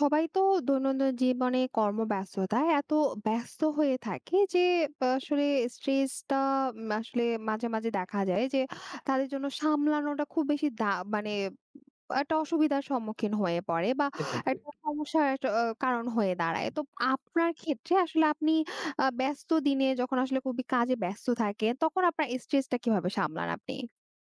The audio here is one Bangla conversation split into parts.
সবাই তো দৈনন্দিন জীবনে কর্মব্যস্ততায় এত ব্যস্ত হয়ে থাকে যে আসলে স্ট্রেসটা আসলে মাঝে মাঝে দেখা যায় যে তাদের জন্য সামলানোটা খুব বেশি মানে একটা অসুবিধার সম্মুখীন হয়ে পড়ে বা একদম ঠিক। একটা সমস্যার একটা কারণ হয়ে দাঁড়ায়। তো আপনার ক্ষেত্রে আসলে আপনি ব্যস্ত দিনে যখন আসলে খুবই কাজে ব্যস্ত থাকেন তখন আপনার স্ট্রেসটা কিভাবে সামলান আপনি?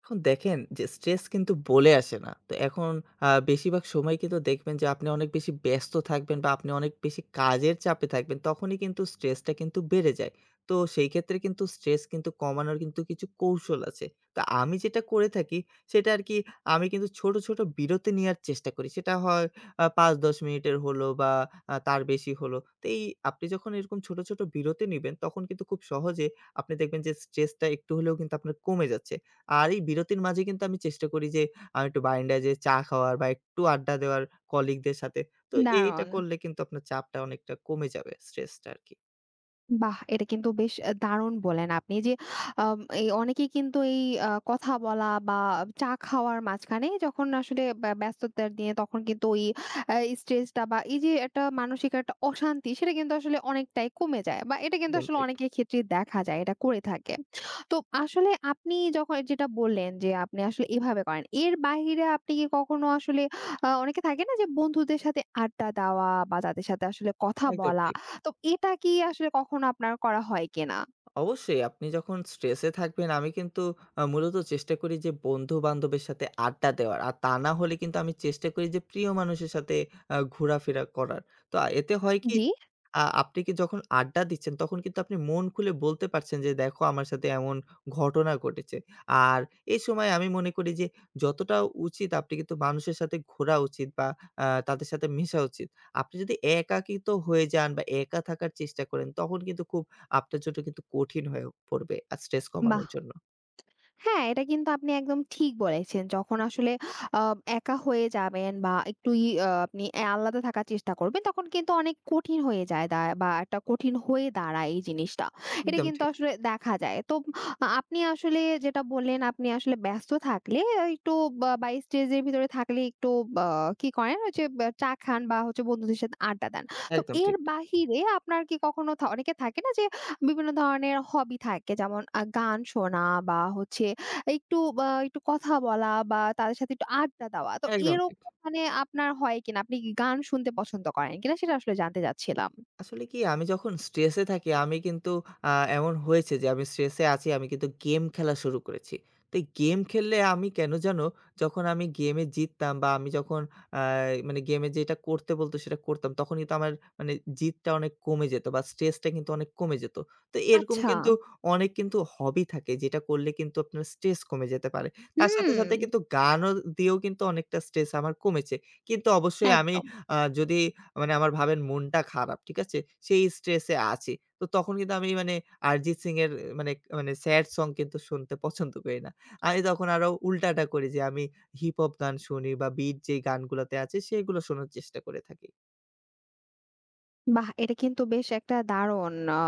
এখন দেখেন যে স্ট্রেস কিন্তু বলে আসে না। তো এখন বেশিরভাগ সময় কিন্তু দেখবেন যে আপনি অনেক বেশি ব্যস্ত থাকবেন বা আপনি অনেক বেশি কাজের চাপে থাকবেন, তখনই কিন্তু স্ট্রেসটা কিন্তু বেড়ে যায়। তো সেই ক্ষেত্রে কিন্তু স্ট্রেস কিন্তু কমানোর কিন্তু কিছু কৌশল আছে। তো আমি যেটা করে থাকি সেটা আরকি, আমি কিন্তু ছোট, ছোট বিরতি নেয়ার চেষ্টা করি। সেটা হয় ৫-১০ মিনিটের হলো বা তার বেশি হলো। তো এই আপনি যখন এরকম ছোট, ছোট বিরতি নিবেন তখন কিন্তু খুব সহজে আপনি দেখবেন যে স্ট্রেসটা একটু হলেও কিন্তু আপনার কমে যাচ্ছে। আর এই বিরতির মাঝে কিন্তু আমি চেষ্টা করি যে একটু বারান্দায় যেয়ে চা খাওয়ার বা একটু আড্ডা দেওয়ার কলিগদের সাথে। তো এইটা দারুণ! করলে কিন্তু আপনার চাপটা অনেকটা কমে যাবে, স্ট্রেসটা আরকি। বাহ! এটা কিন্তু বেশ দারুণ বললেন আপনি যে, এই অনেকেই কিন্তু এই কথা বলা বা চা খাওয়ার মাঝখানে যখন আসলে ব্যস্ততার দিনে তখন কিন্তু ওই আ স্ট্রেসটা বা এই যে একটা মানসিক একটা অশান্তি সেটা কিন্তু আসলে অনেকটাই কমে যায় বা এটা কিন্তু একদম আসলে ঠিক, অনেকের ক্ষেত্রেই দেখা যায় এটা করে থাকে। তো আসলে আপনি যখন যেটা বললেন যে, আপনি আসলে এভাবে করেন। এর বাহিরে আপনি কি কখনো আসলে অনেকে থাকে না যে বন্ধুদের সাথে আড্ডা দেওয়া বা তাদের সাথে আসলে কথা একদম বলা, ঠিক। তো এটা কি আসলে কখনো আপনার করা হয় কিনা? অবশ্যই আপনি যখন স্ট্রেসে থাকবেন আমি কিন্তু মূলত চেষ্টা করি যে বন্ধু-বান্ধবের সাথে আড্ডা দেওয়ার। আর তা না হলে কিন্তু আমি চেষ্টা করি যে প্রিয় মানুষের সাথে ঘোরাফেরা করার। তো এতে হয় কি, জি। আপনি কি যখন আড্ডা দিচ্ছেন, তখন কিন্তু আপনি মন খুলে বলতে পারছেন যে, "দেখো আমার সাথে এমন ঘটনা ঘটেছে।" আর এই সময় আমি মনে করি যে, যতটা উচিত আপনি কিন্তু মানুষের সাথে ঘোরা উচিত বা তাদের সাথে মেশা উচিত। আপনি যদি একাকিত্ব হয়ে যান বা একা থাকার চেষ্টা করেন, তখন কিন্তু খুব আপনার জন্য কিন্তু কঠিন হয়ে পড়বে আর স্ট্রেস বাহ! কমানোর জন্য। হ্যাঁ, এটা কিন্তু আপনি একদম ঠিক বলেছেন। যখন আসলে আ একা হয়ে যাবেন বা একটু ই আ আপনি আলাদা থাকার চেষ্টা করবেন তখন কিন্তু অনেক কঠিন হয়ে যায় বা একটা কঠিন হয়ে দাঁড়ায় এই জিনিসটা। এটা একদম কিন্তু ঠিক, আসলে দেখা যায়। তো আপনি আসলে যেটা বললেন আপনি আসলে ব্যস্ত থাকলে একটু বা বা এই স্টেজের ভিতরে থাকলে একটু বা কি করেন, হচ্ছে বা চা খান বা হচ্ছে বন্ধুদের সাথে আড্ডা দেন। তো একদম এর ঠিক, বাহিরে আপনার কি কখনো অনেকে থাকে না যে বিভিন্ন ধরনের হবি থাকে, যেমন গান শোনা বা হচ্ছে একটু বা একটু কথা বলা বা তাদের সাথে একটু আড্ডা দেওয়া। তো একদম ঠিক। এরকম মানে আপনার হয় কিনা? আপনি কি গান শুনতে পছন্দ করেন কিনা? সেটা আসলে জানতে চাচ্ছিলাম। আসলে কি আমি যখন স্ট্রেসে থাকি আমি কিন্তু আ এমন হয়েছে যে আমি স্ট্রেসে আছি আমি কিন্তু গেম খেলা শুরু করেছি। তো এই গেম খেললে আমি কেন যেন, যখন আমি গেমে জিততাম বা আমি যখন আ মানে গেমে যেটা করতে বলত সেটা করতাম তখন কিন্তু আমার মানে জিদটা অনেক কমে যেত বা স্ট্রেসটা কিন্তু অনেক কমে যেত। তো এরকম আচ্ছা। কিন্তু অনেক কিন্তু হবি থাকে যেটা করলে কিন্তু আপনার স্ট্রেস কমে যেতে পারে। তার সাথে, হুম, সাথে কিন্তু গানও দিয়েও কিন্তু অনেকটা স্ট্রেস আমার কমেছে। কিন্তু অবশ্যই আমি একদম। যদি মানে আমার ভাবেন মনটা খারাপ, ঠিক আছে? সেই স্ট্রেস এ আছি। তো তখন কিন্তু আমি মানে অরিজিৎ সিং এর মানে মানে স্যাড সং কিন্তু শুনতে পছন্দ করি না। আমি তখন আরো উল্টাটা করি যে আমি হিপ হপ গান শুনি বা বিট যে গানগুলাতে আছে সেগুলো শোনার চেষ্টা করে থাকি। বাহ! এটা কিন্তু বেশ একটা দারুণ আ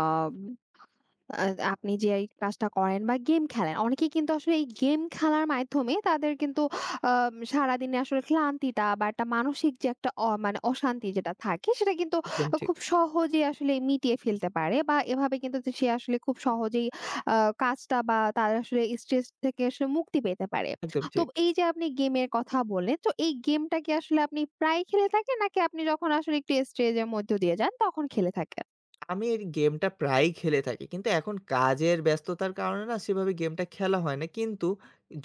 আ আপনি যে এই কাজটা করেন বা গেম খেলেন, অনেকেই কিন্তু আসলে এই গেম খেলার মাধ্যমে তাদের কিন্তু সারাদিনে আসলে ক্লান্তিটা বা একটা মানসিক যে একটা মানে অশান্তি যেটা থাকে সেটা কিন্তু একদম ঠিক, খুব সহজেই আসলে মিটিয়ে ফেলতে পারে বা এভাবে কিন্তু সে আসলে খুব সহজেই আ কাজটা বা তার আসলে স্ট্রেস থেকে আসলে মুক্তি পেতে পারে। একদম তো ঠিক। এই যে আপনি গেমের কথা বললেন, তো এই গেমটা কি আসলে আপনি প্রায়ই খেলে থাকেন নাকি আপনি যখন আসলে একটু স্ট্রেস এর মধ্য দিয়ে যান তখন খেলে থাকেন? আমি এই গেমটা প্রায়ই খেলে থাকি। কিন্তু এখন কাজের ব্যস্ততার কারণে না সেভাবে গেমটা খেলা হয় না। কিন্তু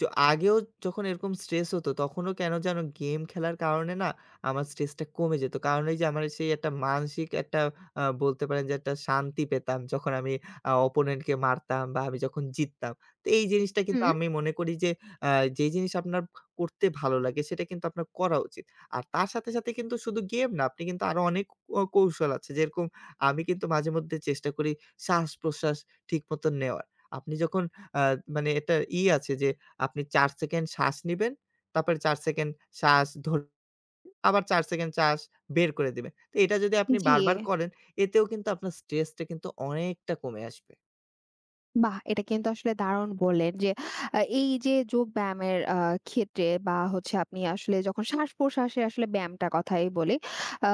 য আগেও যখন এরকম স্ট্রেস হতো তখনও কেন যেন গেম খেলার কারণে না আমার স্ট্রেসটা কমে যেত। কারণ এই যে আমার সেই একটা মানসিক একটা বলতে পারেন যে একটা শান্তি পেতাম যখন আমি অপোনেন্টকে মারতাম বা আমি যখন জিততাম। তো এই জিনিসটা কিন্তু হুম। আমি মনে করি যে আ যে জিনিস আপনার করতে ভালো লাগে সেটা কিন্তু আপনার করা উচিত। আর তার সাথে, সাথে কিন্তু শুধু গেম না, আপনি কিন্তু আরো অনেক কৌশল আছে যেরকম আমি কিন্তু মাঝেমধ্যে চেষ্টা করি শ্বাস-প্রশ্বাস ঠিকমতো নেওয়ার। আপনি যখন আ মানে এটা ই আছে যে আপনি ৪ সেকেন্ড শ্বাস নিবেন, তারপরে ৪ সেকেন্ড শ্বাস ধরবেন, আবার ৪ সেকেন্ড শ্বাস বের করে দিবেন। তো এটা যদি আপনি জি। বারবার করেন, এতেও কিন্তু আপনার স্ট্রেসটা কিন্তু অনেকটা কমে আসবে। বাহ! এটা কিন্তু আসলে দারুণ বললেন যে, এই যে যোগব্যায়ামের ক্ষেত্রে বা হচ্ছে আপনি আসলে যখন শ্বাস-প্রশ্বাসের আসলে ব্যায়ামটার কথাই বলি। আ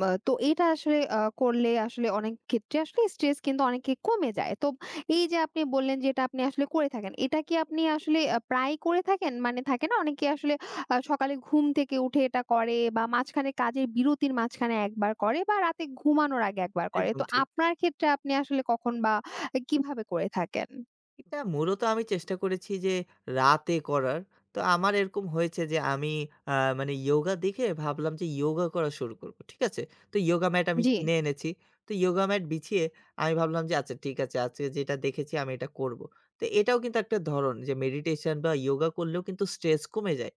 মা তো এটা আসলে করলে আসলে অনেক ক্ষেত্রে আসলে স্ট্রেস কিন্তু অনেকে কমে যায়। তো এই যে আপনি বললেন যে এটা আপনি আসলে করে থাকেন। এটা কি আপনি আসলে প্রায়ই করে থাকেন? মানে থাকে না অনেকে আসলে সকালে ঘুম থেকে উঠে এটা করে বা মাঝখানে কাজের বিরতির মাঝখানে একবার করে বা রাতে ঘুমানোর আগে একবার করে। একদম তো ঠিক। আপনার ক্ষেত্রে আপনি আসলে কখন বা কিভাবে করে থাকেন? এটা মূলত আমি চেষ্টা করেছি যে রাতে করার। তো আমার এরকম হয়েছে যে আমি আ মানে ইয়োগা দেখে ভাবলাম যে ইয়োগা করা শুরু করব। ঠিক আছে? তো ইয়োগা ম্যাট আমি জি। কিনে এনেছি। তো ইয়োগা ম্যাট বিছিয়ে আমি ভাবলাম যে আচ্ছা, ঠিক আছে, আজকে যেটা দেখেছি আমি এটা করব। তো এটাও কিন্তু একটা ধরন যে মেডিটেশন বা ইয়োগা করলেও কিন্তু স্ট্রেস কমে যায়।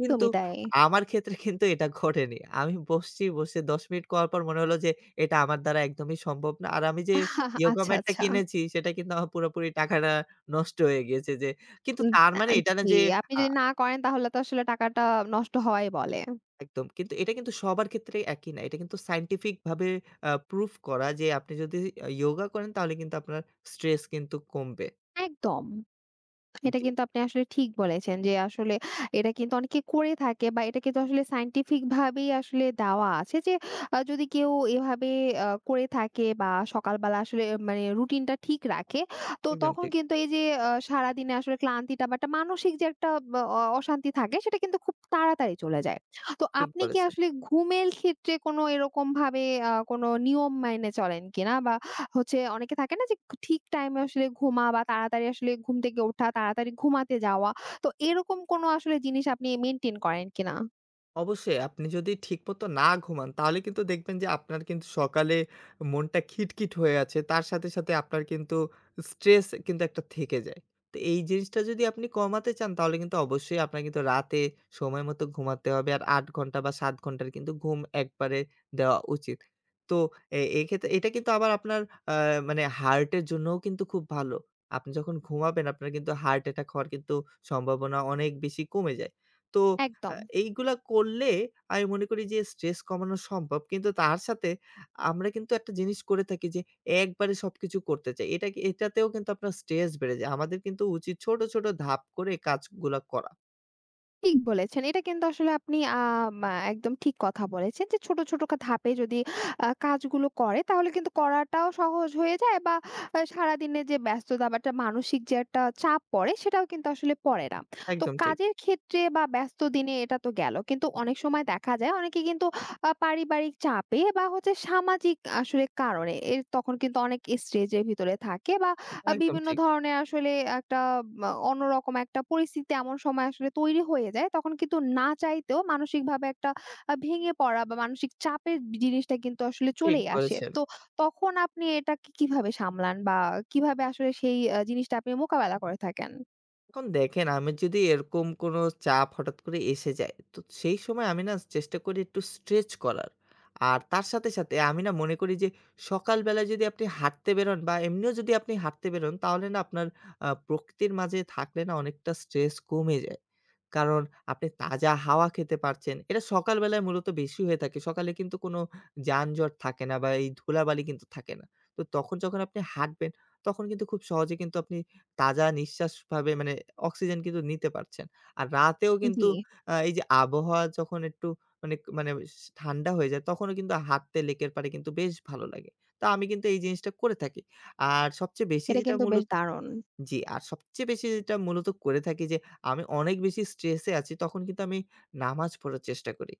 কিন্তু তাই। আমার ক্ষেত্রে কিন্তু এটা ঘটেনি। আমি বসছি, বসে ১০ মিনিট করার পর মনে হলো যে এটা আমার দ্বারা একদমই সম্ভব না। আর আমি যে yoga আচ্ছা, mat টা আচ্ছা। কিনেছি সেটা কিন্তু আমার পুরোপুরি টাকাটা নষ্ট হয়ে গিয়েছে যে, কিন্তু উম তার মানে আ এটা না জি, যে আপনি আ যদি না করেন তাহলে তো আসলে টাকাটা নষ্ট হওয়াই বলে। একদম, কিন্তু এটা কিন্তু সবার ক্ষেত্রে একই না। এটা কিন্তু scientific ভাবে proof করা যে আপনি যদি yoga করেন তাহলে কিন্তু আপনার স্ট্রেস কিন্তু কমবে। একদম। এটা জি, কিন্তু আপনি আসলে ঠিক বলেছেন যে আসলে এটা কিন্তু অনেকে করে থাকে বা এটা কিন্তু আসলে সায়েন্টিফিক ভাবেই আসলে দেওয়া আছে যে যদি কেউ এভাবে করে থাকে বা সকালবেলা আসলে মানে রুটিনটা ঠিক রাখে, তো একদম তখন ঠিক, কিন্তু এই যে সারাদিনে আসলে ক্লান্তিটা বা একটা মানসিক যে একটা অশান্তি থাকে সেটা কিন্তু খুব তাড়াতাড়ি চলে যায়। তো ঠিক আপনি কি বলেছেন। আসলে ঘুমের ক্ষেত্রে কোনো এরকম ভাবে কোনো নিয়ম মেনে চলেন কিনা বা হচ্ছে অনেকে থাকে না যে ঠিক টাইমে আসলে বা তাড়াতাড়ি আসলে ঘুম থেকে ওঠা, তাড়াতাড়ি ঘুমাতে যাওয়া। তো এরকম কোনো আসলে জিনিস আপনি মেইনটেইন করেন কিনা? অবশ্যই আপনি যদি ঠিকমতো না ঘুমান তাহলে কিন্তু দেখবেন যে আপনার কিন্তু সকালে মনটা খিটখিট হয়ে আছে। তার সাথে, সাথে আপনার কিন্তু স্ট্রেস কিন্তু একটা থেকে যায়। তো এই জিনিসটা যদি আপনি কমাতে চান তাহলে কিন্তু অবশ্যই আপনার কিন্তু রাতে সময় মতো ঘুমাতে হবে। আর ৮ ঘন্টা বা ৭ ঘন্টার কিন্তু ঘুম একবারে দেওয়া উচিত। তো এক্ষেত্রে এটা কিন্তু আবার আপনার আ মানে হার্টের জন্যও কিন্তু খুব ভালো। আপনি যখন ঘুমাবেন আপনার কিন্তু হার্ট অ্যাটাক হওয়ার কিন্তু সম্ভাবনা অনেক বেশি কমে যায়। তো আ একদম। এইগুলা করলে আমি মনে করি যে স্ট্রেস কমানো সম্ভব। কিন্তু তার সাথে আমরা কিন্তু একটা জিনিস করে থাকি যে একবারে সবকিছু করতে চাই। এটা কি, এটাতেও কিন্তু আপনার স্ট্রেস বেড়ে যায়। আমাদের কিন্তু উচিত ছোট, ছোট ধাপ করে কাজগুলা করা। ঠিক বলেছেন। এটা কিন্তু আসলে আপনি আ মা একদম ঠিক কথা বলেছেন যে ছোট, ছোট ধাপে যদি কাজগুলো করে তাহলে কিন্তু করাটাও সহজ হয়ে যায় বা সারাদিনের যে ব্যস্ততা বা একটা মানসিক যে একটা চাপ পড়ে সেটাও কিন্তু আসলে পড়ে না। তো একদম ঠিক, কাজের ক্ষেত্রে বা ব্যস্ত দিনে এটা তো গেল। কিন্তু অনেক সময় দেখা যায় অনেকে কিন্তু পারিবারিক চাপে বা হচ্ছে সামাজিক আসলে কারণে এর তখন কিন্তু অনেক স্ট্রেস এর ভিতরে থাকে বা একদম বিভিন্ন ঠিক। ধরনের আসলে একটা অন্যরকম একটা পরিস্থিতি এমন সময় আসলে তৈরি হয়ে যায়। তখন কিন্তু না চাইতেও মানসিকভাবে একটা ভেঙে পড়া বা মানসিক চাপের জিনিসটা কিন্তু আসলে ঠিক চলেই আসে। বলেছেন। তো তখন আপনি এটাকে কিভাবে সামলান বা কিভাবে আসলে সেই জিনিসটা আপনি মোকাবেলা করে থাকেন? এখন দেখেন, আমি যদি এরকম কোনো চাপ হঠাৎ করে এসে যায়, তো সেই সময় আমি না চেষ্টা করি একটু স্ট্রেচ করার। আর তার সাথে, সাথে আমি না মনে করি যে সকালবেলা যদি আপনি হাঁটতে বেরোন বা এমনিও যদি আপনি হাঁটতে বেরোন তাহলে না আপনার প্রকৃতির মাঝে থাকলে না অনেকটা স্ট্রেস কমে যায়। কারণ আপনি তাজা হাওয়া খেতে পারছেন। এটা সকালবেলায় মূলত বেশি হয়ে থাকে। সকালে কিন্তু কোনো যানজট থাকে না বা এই ধুলাবালি কিন্তু থাকে না। তো তখন যখন আপনি হাঁটবেন তখন কিন্তু খুব সহজে কিন্তু আপনি তাজা নিঃশ্বাস ভাবে মানে অক্সিজেন কিন্তু নিতে পারছেন। আর রাতেও জি, কিন্তু এই যে আবহাওয়া যখন একটু মানে মানে ঠান্ডা হয়ে যায় তখনও কিন্তু হাঁটতে লেকের পাড়ে কিন্তু বেশ ভালো লাগে। তো আমি কিন্তু এই জিনিসটা করে থাকি। আর সবচেয়ে বেশি এটা যেটা কিন্তু বেশ মূলত। দারুণ। জি, আর সবচেয়ে বেশি যেটা মূলত করে থাকি যে আমি অনেক বেশি স্ট্রেসে আছি তখন কিন্তু আমি নামাজ পড়ার চেষ্টা করি।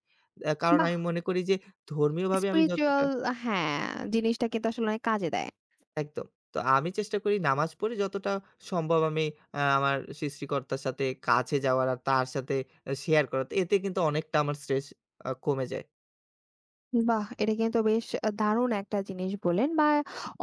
কারণ বাহ! আমি মনে করি যে ধর্মীয়ভাবে আমি যতটা স্পিরিচুয়াল, হ্যাঁ, জিনিসটা কিন্তু আসলে অনেক কাজে দেয়। একদম। তো আমি চেষ্টা করি নামাজ পড়ে যতটা সম্ভব আমি আমার সৃষ্টিকর্তার সাথে কাছে যাওয়ার আর তার সাথে শেয়ার করা। তো এতে কিন্তু অনেকটা আমার স্ট্রেস কমে যায়। বাহ! এটা কিন্তু বেশ দারুণ একটা জিনিস বললেন বা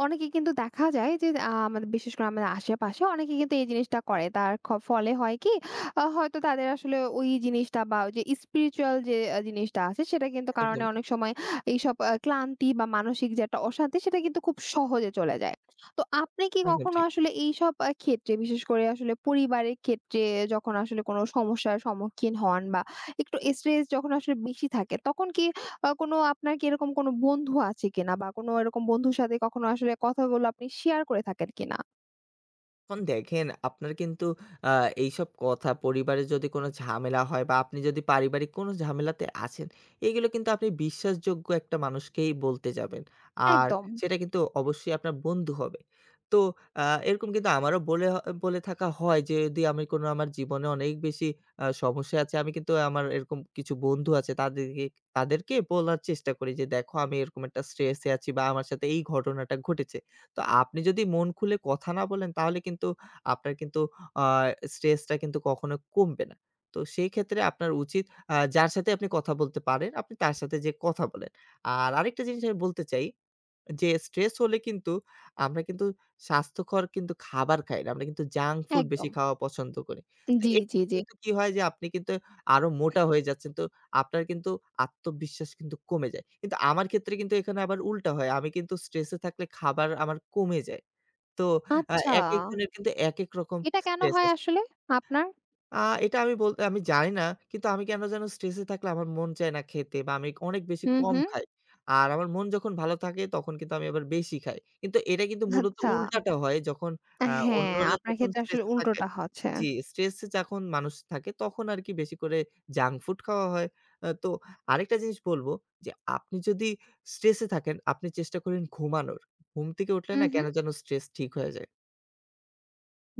অনেকে কিন্তু দেখা যায় যে আমাদের বিশেষ করে আমাদের আশেপাশে অনেকে কিন্তু এই জিনিসটা করে। তার ফলে হয় কি হয়তো তাদের আসলে ওই জিনিসটা বা ওই যে স্পিরিচুয়াল যে জিনিসটা আছে সেটা কিন্তু কারণে একদম অনেক ঠিক। সময় এইসব ক্লান্তি বা মানসিক যে একটা অশান্তি সেটা কিন্তু খুব সহজে চলে যায়। তো আপনি কি একদম কখনো ঠিক। আসলে এইসব ক্ষেত্রে বিশেষ করে আসলে পরিবারের ক্ষেত্রে যখন আসলে কোনো সমস্যার সম্মুখীন হন বা একটু স্ট্রেস যখন আসলে বেশি থাকে তখন কি বা কোনো আপনার কি এরকম কোনো বন্ধু আছে কিনা? বা কোনো এরকম বন্ধুর সাথে কখনো আসলে কথাগুলো আপনি শেয়ার করে থাকেন কিনা? এখন দেখেন আপনার কিন্তু আ এইসব কথা, পরিবারে যদি কোনো ঝামেলা হয় বা আপনি যদি পারিবারিক কোনো ঝামেলাতে আছেন, এগুলো কিন্তু আপনি বিশ্বাসযোগ্য একটা মানুষকেই বলতে যাবেন। আর একদম, সেটা কিন্তু অবশ্যই আপনার বন্ধু হবে। তো এরকম কিন্তু আমারও বলে থাকা হয় যে যদি আমি কোনো, আমার জীবনে অনেক বেশি সমস্যা আছে, আমি কিন্তু আমার এরকম কিছু বন্ধু আছে তাদেরকে, বলার চেষ্টা করি যে, "দেখো আমি এরকম একটা স্ট্রেস এ আছি বা আমার সাথে এই ঘটনাটা ঘটেছে।" তো আপনি যদি মন খুলে কথা না বলেন তাহলে কিন্তু আপনার কিন্তু আ স্ট্রেসটা কিন্তু কখনো কমবে না। তো সেই ক্ষেত্রে আপনার উচিত যার সাথে আপনি কথা বলতে পারেন, আপনি তার সাথে যেয়ে কথা বলেন। আর আরেকটা জিনিস আমি বলতে চাই যে স্ট্রেস হলে কিন্তু আমরা কিন্তু স্বাস্থ্যকর কিন্তু খাবার খাই না। আমরা কিন্তু জাঙ্ক ফুড বেশি একদম। খাওয়া পছন্দ করি। তো জি, এতে জি, জি। কিন্তু কি হয় যে আপনি কিন্তু আরো মোটা হয়ে যাচ্ছেন। তো আপনার কিন্তু আত্মবিশ্বাস কিন্তু কমে যায়। কিন্তু আমার ক্ষেত্রে কিন্তু এখানে আবার উল্টা হয়। আমি কিন্তু স্ট্রেসে থাকলে খাবার আমার কমে যায়। তো আচ্ছা। একেকজনের কিন্তু একেক রকম এটা কেন স্ট্রেস হয় আছে। আসলে আপনার? আ এটা আমি আমি জানি না। কিন্তু আমি কেন যেন স্ট্রেসে থাকলে আমার মন চায় না খেতে বা আমি অনেক বেশি হুম, কম হুম। খাই। আর আমার মন যখন ভালো থাকে তখন কিন্তু আমি আবার বেশি খাই। কিন্তু এটা কিন্তু মূলত আচ্ছা। উল্টাটা হয় যখন আ হ্যাঁ, অন্যরা আপনার যখন ক্ষেত্রে আসলে স্ট্রেসে থাকে, উল্টোটা হচ্ছে। জি, স্ট্রেসে যখন মানুষ থাকে তখন আরকি বেশি করে জাঙ্ক ফুড খাওয়া হয়। তো আরেকটা জিনিস বলব যে আপনি যদি স্ট্রেসে থাকেন আপনি চেষ্টা করেন ঘুমানোর। ঘুম থেকে উঠলে হুম, না হুম। কেন যেন স্ট্রেস ঠিক হয়ে যায়।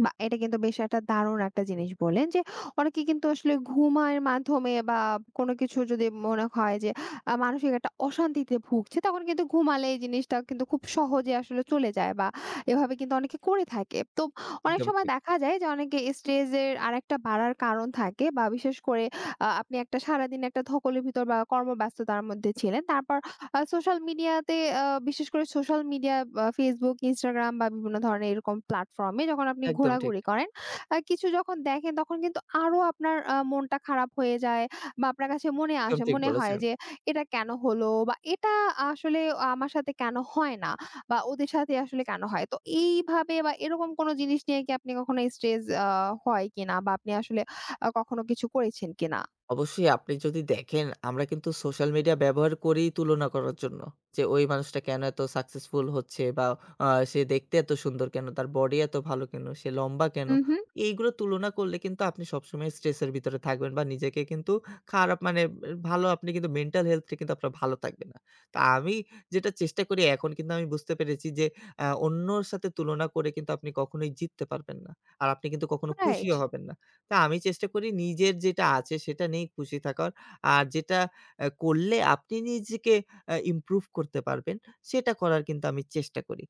বাহ! এটা কিন্তু বেশ একটা দারুণ একটা জিনিস বললেন যে, অনেকে কিন্তু আসলে ঘুমের মাধ্যমে বা কোনো কিছু যদি মনে হয় যে, মানসিক একটা অশান্তিতে ভুগছে, তখন কিন্তু ঘুমালে এই জিনিসটা কিন্তু খুব সহজে আসলে চলে যায় বা এভাবে কিন্তু অনেকে করে থাকে। তো অনেক একদম সময় ঠিক। দেখা যায় যে, অনেকে স্ট্রেসের আরেকটা বাড়ার কারণ থাকে বা বিশেষ করে আপনি একটা সারাদিন একটা ধকলের ভিতর বা কর্মব্যস্ততার মধ্যে ছিলেন। তারপর সোশ্যাল মিডিয়াতে বিশেষ করে সোশ্যাল মিডিয়া বা Facebook, Instagram বা বিভিন্ন ধরনের এরকম প্ল্যাটফর্মে যখন আপনি একদম ঠিক। ঘোরাঘুরি করেন, কিছু যখন দেখেন তখন কিন্তু আরো আপনার মনটা খারাপ হয়ে যায় বা আপনার কাছে মনে একদম আসে ঠিক মনে হয় বলেছেন। যে, "এটা কেন হলো?" বা "এটা আসলে আমার সাথে কেন হয় না?" বা "ওদের সাথে আসলে কেন হয়?" তো এইভাবে বা এরকম কোনো জিনিস নিয়ে কি আপনি কখনো স্ট্রেস হয় কিনা বা আপনি আসলে কখনো কিছু করেছেন কিনা? অবশ্যই আপনি যদি দেখেন, আমরা কিন্তু সোশ্যাল মিডিয়া ব্যবহার করি তুলনা করার জন্য। যে ওই মানুষটা কেন এত সাকসেসফুল হচ্ছে বা সে দেখতে এত সুন্দর কেন? তার বডি এত ভালো কেন? সে লম্বা কেন? হু, হু। এইগুলো তুলনা করলে কিন্তু আপনি সবসময় স্ট্রেস এর ভিতরে থাকবেন বা নিজেকে কিন্তু খারাপ মানে এ ভালো, আপনি কিন্তু মেন্টাল হেলথ টা কিন্তু আপনার ভালো থাকবে না। তো আমি যেটা চেষ্টা করি, এখন কিন্তু আমি বুঝতে পেরেছি যে অন্যর সাথে তুলনা করে কিন্তু আপনি কখনোই জিততে পারবেন না। আর আপনি কিন্তু কখনো রাইট। খুশিও হবেন না। তা আমি চেষ্টা করি নিজের যেটা আছে সেটা নিয়েই খুশি থাকার। আর যেটা করলে আপনি নিজেকে ইমপ্রুভ করতে পারবেন, সেটা করার কিন্তু আমি চেষ্টা করি।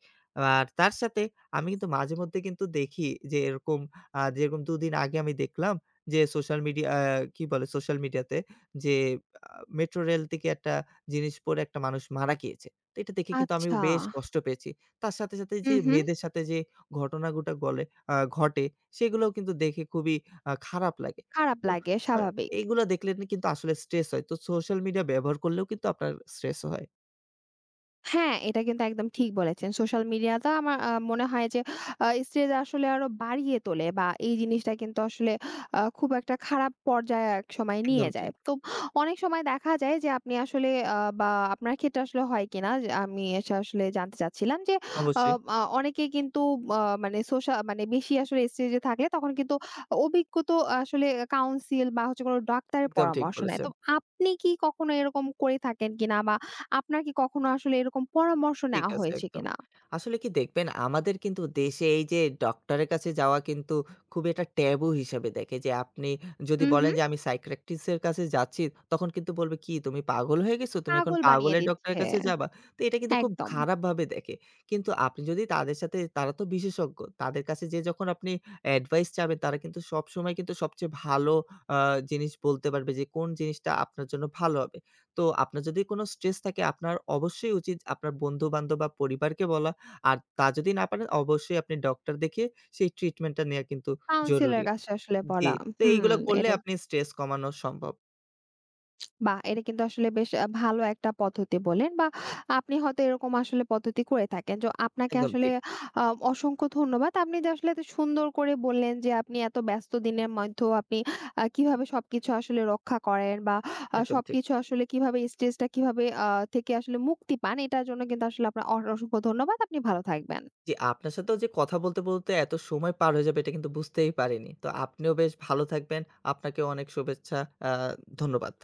আর তার সাথে আমি কিন্তু মাঝেমধ্যে কিন্তু দেখি যে এরকম, যেরকম ২ দিন আগে আমি দেখলাম যে সোশ্যাল মিডিয়া কি বলে সোশ্যাল মিডিয়াতে যে আ মেট্রো রেল থেকে একটা জিনিস পড়ে একটা মানুষ মারা গিয়েছে। তো এটা দেখে কিন্তু আমি আচ্ছা। বেশ কষ্ট পেয়েছি। তার সাথে, সাথে হু, যে হু। মেয়েদের সাথে যে ঘটনাগুটা গলে ঘটে সেগুলোও কিন্তু দেখে খুবই খারাপ লাগে। খারাপ তো লাগে আ স্বাভাবিক। এগুলা দেখলে না কিন্তু আসলে স্ট্রেস হয়। তো সোশ্যাল মিডিয়া ব্যবহার করলেও কিন্তু আপনার স্ট্রেস হয়। হ্যাঁ, এটা কিন্তু একদম ঠিক বলেছেন। সোশ্যাল মিডিয়াটা আমার মনে হয় যে স্ট্রেস আসলে আরো বাড়িয়ে তোলে বা এই জিনিসটা কিন্তু আসলে খুব একটা খারাপ পর্যায়ে একসময় নিয়ে একদম যায়। ঠিক। তো অনেক সময় দেখা যায় যে আপনি আসলে বা আপনার ক্ষেত্রে আসলে হয় কিনা, যে আমি এটা আসলে জানতে চাচ্ছিলাম যে আ অবশ্যই। আ অনেকে কিন্তু মানে মানে বেশি আসলে স্ট্রেসে থাকলে তখন কিন্তু অভিজ্ঞ তো আসলে কাউন্সিল বা হচ্ছে কোনো ডাক্তারের একদম ঠিক পরামর্শ নেয়। তো বলেছেন। আপনি কি কখনো এরকম করে থাকেন কিনা বা আপনার কি কখনো আসলে এরকম পরামর্শ ঠিক নেওয়া আছে, হয়েছে একদম। কিনা? আসলে কি, দেখবেন আমাদের কিন্তু দেশে এই যে ডক্টরের কাছে যাওয়া কিন্তু খুবই একটা ট্যাবু হিসেবে দেখে, যে আপনি যদি হুম, বলেন হুম। যে আমি সাইকিয়াট্রিস্ট এর কাছে যাচ্ছি তখন কিন্তু বলবে, "কি তুমি পাগল হয়ে গেছো? তুমি এখন পাগল বানিয়ে পাগলের ডক্টরের দিচ্ছে। কাছে যাবা?" তো এটা কিন্তু খুব একদম। খারাপভাবে দেখে। কিন্তু আপনি যদি তাদের সাথে, তারা তো বিশেষজ্ঞ। তাদের কাছে যেয়ে যখন আপনি অ্যাডভাইস চাবেন তারা কিন্তু সবসময় কিন্তু সবচেয়ে ভালো আ জিনিস বলতে পারবে যে কোন জিনিসটা আপনার জন্য ভালো হবে। তো আপনার যদি কোনো স্ট্রেস থাকে আপনার অবশ্যই উচিত আপনার বন্ধু-বান্ধব বা পরিবারকে বলা। আর তা যদি না পারেন অবশ্যই আপনি ডক্টর দেখিয়ে সেই ট্রিটমেন্টটা নেয়া কিন্তু কাউন্সিলর এর জরুরি। কাছে আসলে জি। বলা। তো হুম, এইগুলা করলে এটা। আপনি স্ট্রেস কমানো সম্ভব। বাহ! এটা কিন্তু আসলে বেশ ভালো একটা পদ্ধতি বললেন বা আপনি হয়তো এরকম আসলে পদ্ধতি করে থাকেন। তো আপনাকে একদম আসলে ঠিক, আ অসংখ্য ধন্যবাদ। আপনি যে আসলে এত সুন্দর করে বললেন যে আপনি এত ব্যস্ত দিনের মধ্যেও আপনি কিভাবে সবকিছু আসলে রক্ষা করেন বা একদম ঠিক। সবকিছু আসলে কিভাবে স্ট্রেসটা কিভাবে থেকে আসলে মুক্তি পান এটার জন্য কিন্তু আসলে আপনার অসংখ্য ধন্যবাদ। আপনি ভালো থাকবেন। জি, আপনার সাথেও যে কথা বলতে, বলতে এত সময় পার হয়ে যাবে এটা কিন্তু বুঝতেই পারিনি। তো আপনিও বেশ ভালো থাকবেন। আপনাকেও অনেক শুভেচ্ছা। আ ধন্যবাদ।